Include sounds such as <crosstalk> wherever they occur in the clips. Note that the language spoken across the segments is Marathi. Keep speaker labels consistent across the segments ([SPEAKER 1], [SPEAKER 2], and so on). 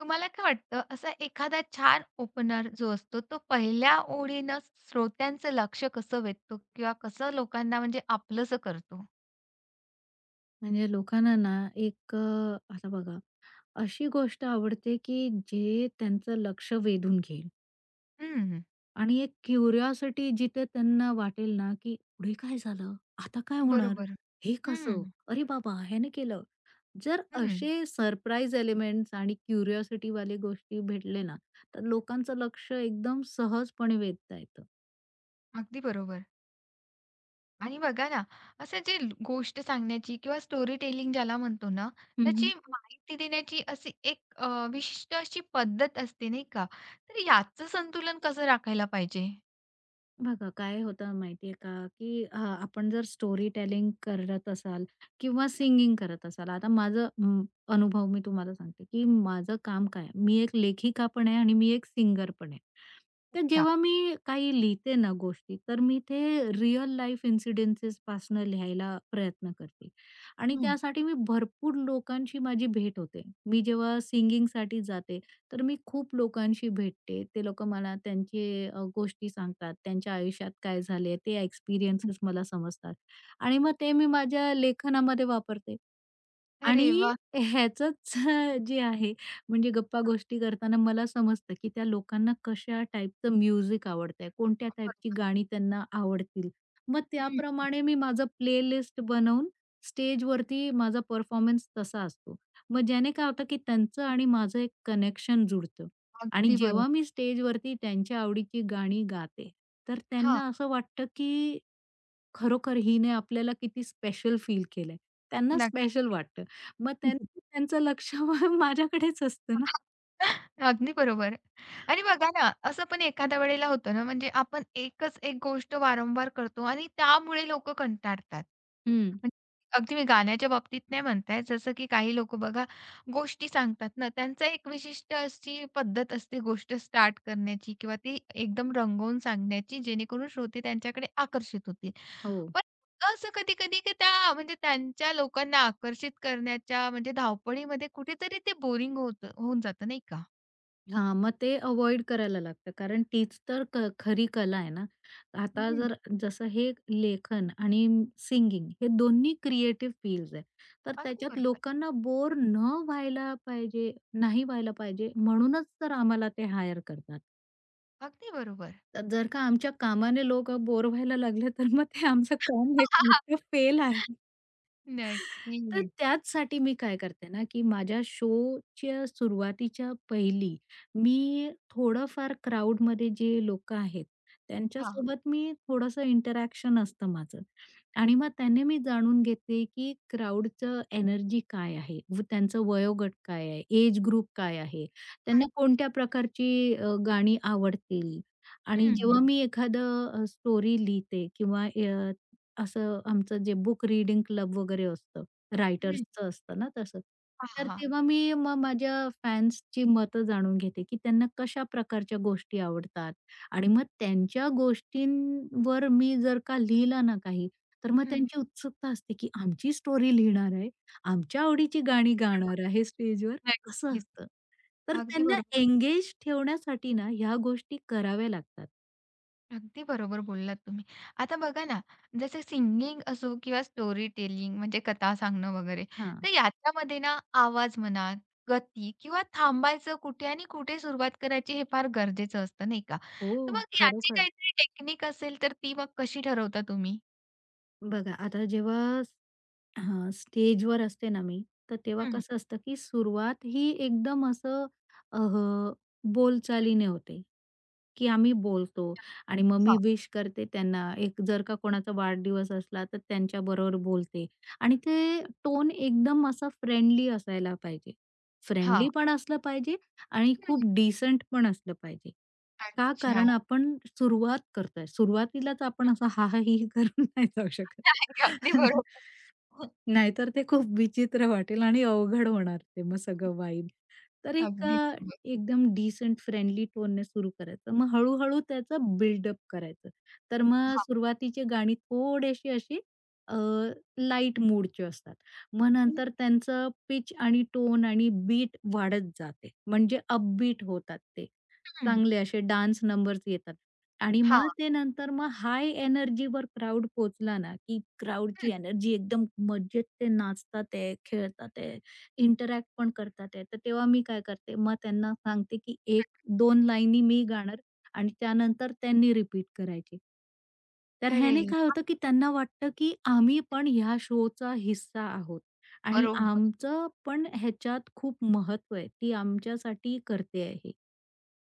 [SPEAKER 1] तुम्हाला काय वाटतं, असा एखादा छान ओपनर जो असतो तो पहिल्या ओळीनं श्रोत्यांचं लक्ष कसं वेधतो किंवा कसं लोकांना म्हणजे आपलंसं करतो?
[SPEAKER 2] म्हणजे लोकांना ना एक आता बघा अशी गोष्ट आवडते, की जे त्यांचं लक्ष वेधून घेईल
[SPEAKER 1] हं.
[SPEAKER 2] आणि एक क्युरिओसिटी जिथे त्यांना वाटेल ना, की पुढे काय झालं? आता काय होणार?
[SPEAKER 1] बरोबर.
[SPEAKER 2] हे कसं?
[SPEAKER 1] हं,
[SPEAKER 2] अरे बाबा ह्याने केलं. जर
[SPEAKER 1] हं.
[SPEAKER 2] असे सरप्राईज एलिमेंट्स आणि क्युरिओसिटीवाले गोष्टी भेटले ना, तर लोकांचं लक्ष एकदम सहजपणे वेधता येतं.
[SPEAKER 1] अगदी बरोबर. आणि बघा ना, असं जे ल गोष्ट सांगण्याची किंवा स्टोरी टेलिंग ज्याला म्हणतो ना, त्याची माहिती देण्याची अशी विशिष्ट अशी पद्धत असते नाही का? तर याचं संतुलन कसं राखायला पाहिजे?
[SPEAKER 2] बघा काय होतं माहितीये का, की आपण जर स्टोरी टेलिंग करत असाल किंवा
[SPEAKER 1] हं,
[SPEAKER 2] सिंगिंग करत असाल. आता माझं अनुभव मी तुम्हाला सांगते, की माझं काम काय आहे, मी एक लेखिका पण आहे आणि मी एक सिंगर पण आहे. तर
[SPEAKER 1] अच्छा.
[SPEAKER 2] जेव्हा मी काही लिहिते ना गोष्टी, तर मी ते रिअल लाईफ इन्सिडेंसेस पासून लिहायला प्रयत्न करते आणि
[SPEAKER 1] हं,
[SPEAKER 2] त्यासाठी मी भरपूर लोकांशी माझी भेट होते. मी जेव्हा सिंगिंगसाठी जाते तर मी खूप लोकांशी भेटते. ते लोकं मला त्यांचे गोष्टी सांगतात. त्यांच्या आयुष्यात काय झाले ते एक्सपिरियन्सेस मला समजतात आणि मग ते मी माझ्या लेखनामध्ये वापरते.
[SPEAKER 1] अरे
[SPEAKER 2] आणि
[SPEAKER 1] वाह!
[SPEAKER 2] ह्याचंच <laughs> जे आहे म्हणजे गप्पा-गोष्टी करताना मला समजतं, की त्या लोकांना कशा टाइपचं म्युझिक आवडतंय, कोणत्या टाइपची
[SPEAKER 1] बरोबर.
[SPEAKER 2] गाणी त्यांना आवडतील. मग
[SPEAKER 1] हं.
[SPEAKER 2] त्याप्रमाणे मी माझं प्लेलिस्ट बनवून स्टेजवरती माझा परफॉर्मन्स तसा असतो. मग ज्याने काय होतं, की त्यांचं आणि माझं एक कनेक्शन जुडतं आणि
[SPEAKER 1] अगदी
[SPEAKER 2] जेव्हा
[SPEAKER 1] बरोबर.
[SPEAKER 2] मी स्टेजवरती त्यांच्या आवडीची गाणी गाते, तर
[SPEAKER 1] हां.
[SPEAKER 2] त्यांना असं वाटतं, की खरोखर हिने आपल्याला किती स्पेशल फील केलंय. त्यांना स्पेशल
[SPEAKER 1] नक्की.
[SPEAKER 2] वाटतं. मग
[SPEAKER 1] <laughs>
[SPEAKER 2] त्यांचं त्यांचं लक्ष <laughs> माझ्याकडेच असतं ना.
[SPEAKER 1] अगदी बरोबर. आणि बघा ना, असं पण एखाद्या वेळेला होतं ना, म्हणजे आपण एकच एक गोष्ट वारंवार करतो आणि त्यामुळे लोकं कंटाळतात.
[SPEAKER 2] हं,
[SPEAKER 1] म्हणजे अगदी मी गाण्याच्या बाबतीत नाही म्हणताय, जसं की काही लोकं बघा गोष्टी सांगतात ना, त्यांचा एक विशिष्ट अशी पद्धत असते गोष्ट स्टार्ट करण्याची किंवा ती एकदम रंगवून सांगण्याची, जेणेकरून श्रोते त्यांच्याकडे आकर्षित होतील.
[SPEAKER 2] हो.
[SPEAKER 1] पण असं कधी-कधी, की त्या म्हणजे त्यांच्या लोकांना आकर्षित करण्याच्या म्हणजे धावपळीमध्ये कुठेतरी ते बोरिंग होऊन जातं नाही का?
[SPEAKER 2] हां, मग ते अव्हॉइड करायला लागतं. कारण तीच तर खरी कला आहे ना. आता
[SPEAKER 1] हं.
[SPEAKER 2] जर जसं हे लेखन आणि सिंगिंग हे दोन्ही क्रिएटिव्ह फील्ड्स आहे. तर
[SPEAKER 1] अगदी
[SPEAKER 2] त्याच्यात
[SPEAKER 1] बरोबर.
[SPEAKER 2] लोकांना बोर न व्हायला पाहिजे, नाही व्हायला पाहिजे म्हणूनच तर आम्हाला ते हायर करतात.
[SPEAKER 1] अगदी बरोबर.
[SPEAKER 2] तर जर का आमच्या कामाने लोकं बोर व्हायला लागले तर मग ते आमचं काम हे फेल आहे.
[SPEAKER 1] <laughs>
[SPEAKER 2] तर
[SPEAKER 1] नक्कीच.
[SPEAKER 2] त्याचसाठी मी काय करते ना, की माझ्या शोच्या सुरुवातीच्या पहिली मी थोडंफार क्राउडमध्ये जे लोकं आहेत,
[SPEAKER 1] हां.
[SPEAKER 2] त्यांच्यासोबत मी थोडंसं इंटरॅक्शन असतं माझं आणि मग त्याने मी जाणून घेते, की क्राउडचं एनर्जी काय आहे? व त्यांचं वयोगट काय आहे? एज ग्रुप काय आहे? त्यांना कोणत्या प्रकारची गाणी आवडतील? आणि
[SPEAKER 1] हं.
[SPEAKER 2] जेव्हा मी एखादं स्टोरी लिहिते किंवा असं आमचं जे बुक रीडिंग क्लब वगैरे असतं,
[SPEAKER 1] हं.
[SPEAKER 2] रायटर्सचं असतं ना तसं.
[SPEAKER 1] हां,
[SPEAKER 2] तर
[SPEAKER 1] हां.
[SPEAKER 2] तेव्हा मी मग माझ्या फॅन्सची मतं जाणून घेते, की त्यांना कशा प्रकारच्या गोष्टी आवडतात आणि मग त्यांच्या गोष्टींवर मी जर का लिहिलं ना काही, तर मग त्यांची उत्सुकता असते, की आमची स्टोरी लिहिणार आहे, आमच्या आवडीची गाणी गाणार
[SPEAKER 1] <laughs>
[SPEAKER 2] आहे स्टेजवर, असं
[SPEAKER 1] नक्कीच.
[SPEAKER 2] असतं. तर
[SPEAKER 1] अगदी
[SPEAKER 2] त्यांना
[SPEAKER 1] बरोबर.
[SPEAKER 2] एंगेज ठेवण्यासाठी ना ह्या गोष्टी कराव्या लागतात.
[SPEAKER 1] अगदी बरोबर बोललात तुम्ही. आता बघा ना, जसं सिंगिंग असो किंवा स्टोरी टेलिंग म्हणजे कथा सांगणं वगैरे,
[SPEAKER 2] हां.
[SPEAKER 1] तर याच्यामध्ये ना आवाज म्हणा, गती किंवा थांबायचं कुठे आणि कुठे सुरुवात करायची हे फार गरजेचं असतं, नाही का?
[SPEAKER 2] हो,
[SPEAKER 1] तर मग याची
[SPEAKER 2] खरोखर.
[SPEAKER 1] काहीतरी टेक्निक असेल तर ती मग कशी ठरवता तुम्ही?
[SPEAKER 2] बघा आता जेव्हा हां, स्टेजवर असते ना मी, तर तेव्हा
[SPEAKER 1] हं.
[SPEAKER 2] कसं असतं, की सुरुवात ही एकदम असं अ, बोलचालीने होते, की आम्ही बोलतो आणि मग मी
[SPEAKER 1] हां.
[SPEAKER 2] विश करते त्यांना. एक जर का कोणाचा वाढदिवस असला, तर त्यांच्याबरोबर बोलते आणि ते टोन एकदम असा फ्रेंडली असायला पाहिजे.
[SPEAKER 1] हां.
[SPEAKER 2] फ्रेंडली पण असलं पाहिजे आणि
[SPEAKER 1] हं.
[SPEAKER 2] खूप डिसेंट पण असलं पाहिजे. का?
[SPEAKER 1] अच्छा.
[SPEAKER 2] कारण आपण सुरुवात करतोय. सुरुवातीलाच आपण असा हाहाही करून <laughs> नाही जाऊ शकत.
[SPEAKER 1] <laughs> अगदी
[SPEAKER 2] <laughs>
[SPEAKER 1] बरोबर.
[SPEAKER 2] नाहीतर ते खूप विचित्र वाटेल आणि अवघड होणार ते मग सगळं वाईब. तर एक
[SPEAKER 1] अगदी बरोबर.
[SPEAKER 2] एकदम डिसेंट फ्रेंडली टोनने सुरू करायचं. मग हळू-हळू त्याचं बिल्डअप करायचं. तर मग
[SPEAKER 1] हां.
[SPEAKER 2] सुरुवातीची गाणी थोडीशी अशी अ, लाईट मूडची असतात. मग नंतर त्यांचं पिच आणि टोन आणि बीट वाढत जाते. म्हणजे अपबीट होतात ते.
[SPEAKER 1] हं.
[SPEAKER 2] चांगले असे डान्स नंबर्स येतात. आणि
[SPEAKER 1] हां.
[SPEAKER 2] मग ते नंतर मग हाय एनर्जीवर क्राउड पोहोचला ना, की क्राउडची
[SPEAKER 1] हं.
[SPEAKER 2] एनर्जी एकदम मजेत ते नाचतात आहे, खेळतात आहे, इंटरॅक्ट पण करतात आहे. तर तेव्हा मी काय करते, मग त्यांना सांगते, की एक, दोन लाईनी मी गाणार आणि त्यानंतर त्यांनी रिपीट करायची. तर
[SPEAKER 1] अरे!
[SPEAKER 2] ह्याने काय होतं, की त्यांना वाटतं, की आम्ही पण ह्या शोचा हिस्सा आहोत आणि
[SPEAKER 1] बरोबर.
[SPEAKER 2] आमचं पण ह्याच्यात खूप महत्त्व आहे. ती आमच्यासाठी करते आहे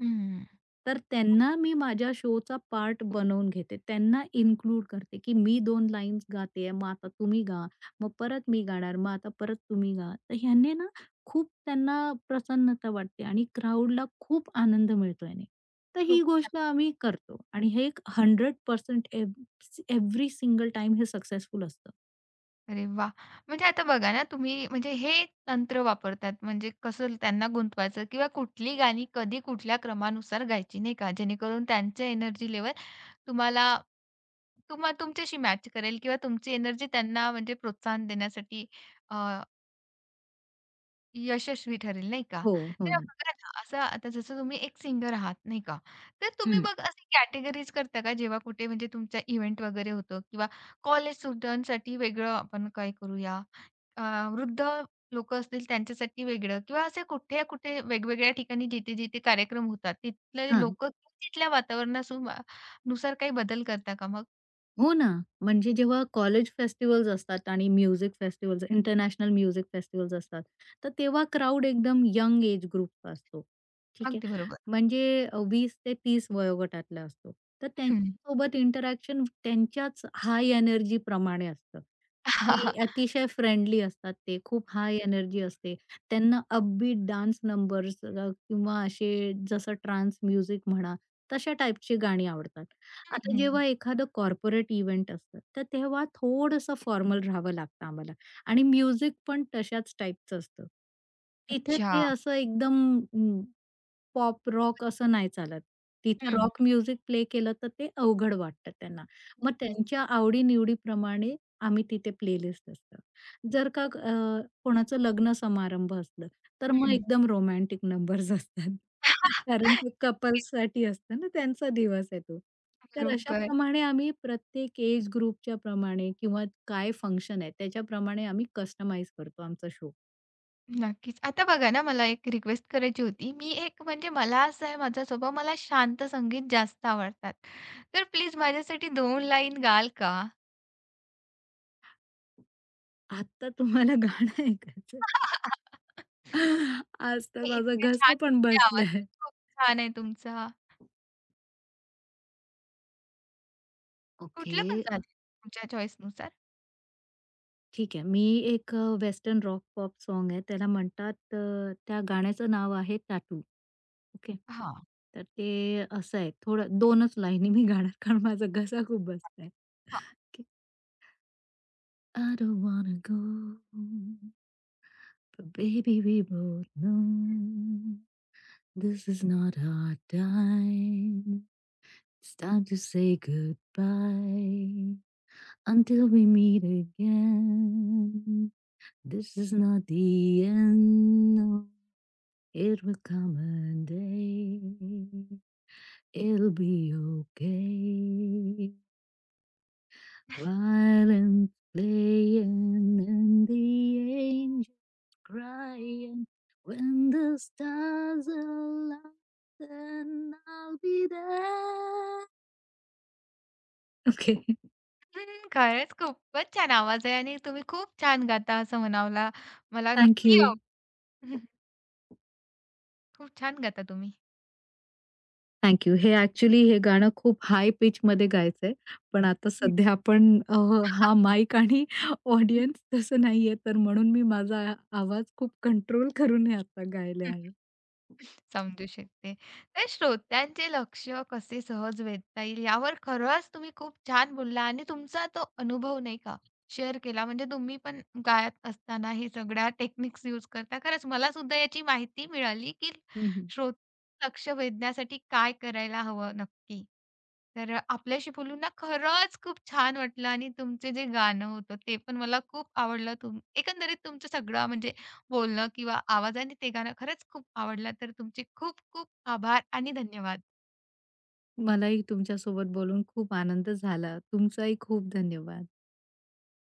[SPEAKER 1] हं.
[SPEAKER 2] तर त्यांना मी माझ्या शोचा पार्ट बनवून घेते. त्यांना इन्क्लूड करते, की मी दोन लाईन्स गाते मग आता तुम्ही गा. मग परत मी गाणार, मग आता परत तुम्ही गा. तर ह्याने ना खूप त्यांना प्रसन्नता वाटते आणि क्राउडला खूप आनंद मिळतो याने. तर ही
[SPEAKER 1] खूप
[SPEAKER 2] गोष्ट आम्ही करतो आणि हे एक 100% एव्हरी सिंगल टाईम हे सक्सेसफुल असतं.
[SPEAKER 1] अरे वाह! म्हणजे आता बघा ना, तुम्ही म्हणजे हे तंत्र वापरतात म्हणजे कसं त्यांना गुंतवायचं किंवा कुठली गाणी कधी कुठल्या क्रमानुसार गायची, नाही का? जेणेकरून त्यांचे एनर्जी लेव्हल तुम्हाला तुम्हा तुमच्याशी मॅच करेल किंवा तुमची एनर्जी त्यांना म्हणजे प्रोत्साहन देण्यासाठी यशस्वी ठरेल, नाही का?
[SPEAKER 2] हो, हो
[SPEAKER 1] तर
[SPEAKER 2] ना.
[SPEAKER 1] बघा ना, असं आता जसं तुम्ही एक सिंगर आहात, नाही का? तर तुम्ही
[SPEAKER 2] हं.
[SPEAKER 1] मग असे कॅटेगरीज करता का, जेव्हा कुठे म्हणजे तुमचा इव्हेंट वगैरे होतो किंवा कॉलेज स्टुडंटसाठी वेगळं आपण काय करूया, अ, वृद्ध लोकं असतील त्यांच्यासाठी वेगळं किंवा असे कुठे-कुठे वेगवेगळ्या ठिकाणी जिथे-जिथे कार्यक्रम होतात तिथले
[SPEAKER 2] हां.
[SPEAKER 1] लोकं तिथल्या वातावरणासु नुसार काही बदल करता का मग?
[SPEAKER 2] हो ना. म्हणजे जेव्हा कॉलेज फेस्टिव्हल्स असतात आणि music festivals, international music festivals असतात, तर तेव्हा क्राउड एकदम यंग एज ग्रुपचा असतो. ठीक आहे.
[SPEAKER 1] अगदी बरोबर.
[SPEAKER 2] म्हणजे 20 ते 30 वयोगटातला असतो. तर
[SPEAKER 1] हं.
[SPEAKER 2] त्यांच्यासोबत इंटरॅक्शन त्यांच्याच हाय एनर्जी प्रमाणे असतं
[SPEAKER 1] हं,
[SPEAKER 2] आणि
[SPEAKER 1] <laughs>
[SPEAKER 2] अतिशय फ्रेंडली असतात ते. खूप हाय एनर्जी असते. त्यांना अपबीट डान्स नंबर्स किंवा असे जसं ट्रान्स म्युझिक म्हणा, तशा टाईपची गाणी आवडतात. आता जेव्हा एखादं कॉर्पोरेट इव्हेंट असतं, तर तेव्हा थोडंसं फॉर्मल राहावं लागतं आम्हाला आणि म्युझिक पण तशाच टाईपचं असतं. तिथे
[SPEAKER 1] अच्छा.
[SPEAKER 2] ते असं एकदम पॉप रॉक असं नाही चालत. तिथे
[SPEAKER 1] हं.
[SPEAKER 2] रॉक म्युझिक प्ले केलं तर ते अवघड वाटतं त्यांना. मग त्यांच्या आवडी-निवडीप्रमाणे आम्ही तिथे प्लेलिस्ट असतं. जर का कोणाचं लग्न समारंभ असलं, तर मग
[SPEAKER 1] हं.
[SPEAKER 2] एकदम रोमॅन्टिक नंबर्स असतात. <laughs> कारण ते
[SPEAKER 1] <laughs>
[SPEAKER 2] कपल्ससाठी असतं ना, त्यांचा दिवस आहे तो. तर
[SPEAKER 1] बरोबर.
[SPEAKER 2] अशाप्रमाणे आम्ही प्रत्येक एज ग्रुपच्या प्रमाणे किंवा काय फंक्शन आहे त्याच्याप्रमाणे आम्ही कस्टमाइज करतो आमचा शो.
[SPEAKER 1] नक्कीच. आता बघा ना, मला एक रिक्वेस्ट करायची होती. मी एक म्हणजे मला असं आहे माझा स्वभाव, मला शांत संगीत जास्त आवडतात. तर प्लीज माझ्यासाठी 2 लाईन गाल का?
[SPEAKER 2] "आत्ता तुम्हाला गाणं ऐकायचं."
[SPEAKER 1] <laughs>
[SPEAKER 2] आज तर
[SPEAKER 1] हे
[SPEAKER 2] माझा
[SPEAKER 1] इतके छान
[SPEAKER 2] घसा पण
[SPEAKER 1] म्हणजे आवाज
[SPEAKER 2] बसलाय.
[SPEAKER 1] खूप छान आहे तुमचा.
[SPEAKER 2] ओके.
[SPEAKER 1] कुठलं पण चालेल तुमच्या चॉईसनुसार.
[SPEAKER 2] ठीक आहे. मी एक वेस्टर्न रॉक पॉप साँग आहे. त्याला म्हणतात त्या गाण्याचं नाव आहे "टाटू." ओके.
[SPEAKER 1] हां,
[SPEAKER 2] तर ते असं आहे थोडं 2च लाईनी मी गाणार कारण माझा घसा खूप बसलाय.
[SPEAKER 1] हां.
[SPEAKER 2] Okay. I don't wanna go But baby we both know This is not our time It's time to say goodbye Until we meet again, this is not the end. No, it will come a day. It'll be okay. Violent playing and the angels crying. When the stars align, then I'll be there. Okay,
[SPEAKER 1] हं, खरंच खूपच छान आवाज आहे आणि तुम्ही खूप छान गाता असं म्हणावं मला
[SPEAKER 2] <laughs> thank
[SPEAKER 1] नक्की
[SPEAKER 2] you.
[SPEAKER 1] आवडेल. <laughs> खूप छान गाता तुम्ही.
[SPEAKER 2] Thank you. हे ॲक्चुअली हे गाणं खूप हाय पिचमध्ये गायचंय. पण आता
[SPEAKER 1] हं.
[SPEAKER 2] सध्या आपण हा
[SPEAKER 1] <laughs>
[SPEAKER 2] माईक आणि ऑडियन्स तसं नाहीये, तर म्हणून मी माझा आवाज खूप कंट्रोल करून हे आता गायले आहे.
[SPEAKER 1] समजू शकते. तर श्रोत्यांचे लक्ष कसे सहज वेधता येईल यावर खरंच तुम्ही खूप छान बोलला आणि तुमचा तो अनुभव नाही का शेअर केला. म्हणजे तुम्ही पण गायत असताना हे सगळ्या टेक्निक्स यूज करता. खरंच मला सुद्धा याची माहिती मिळाली, की
[SPEAKER 2] हं, हं.
[SPEAKER 1] श्रोत्यांचं लक्ष वेधण्यासाठी काय करायला हवं नक्की. तर आपल्याशी बोलून ना खरंच खूप छान वाटलं आणि तुमचे जे गाणं होतं ते पण मला खूप आवडलं. तुम एकंदरीत तुमचं सगळं म्हणजे बोलणं किंवा आवाजाने ते गाणं खरंच खूप आवडलं. तर तुमचे खूप खूप आभार आणि धन्यवाद.
[SPEAKER 2] मलाही तुमच्यासोबत बोलून खूप आनंद झाला. तुमचाही खूप धन्यवाद.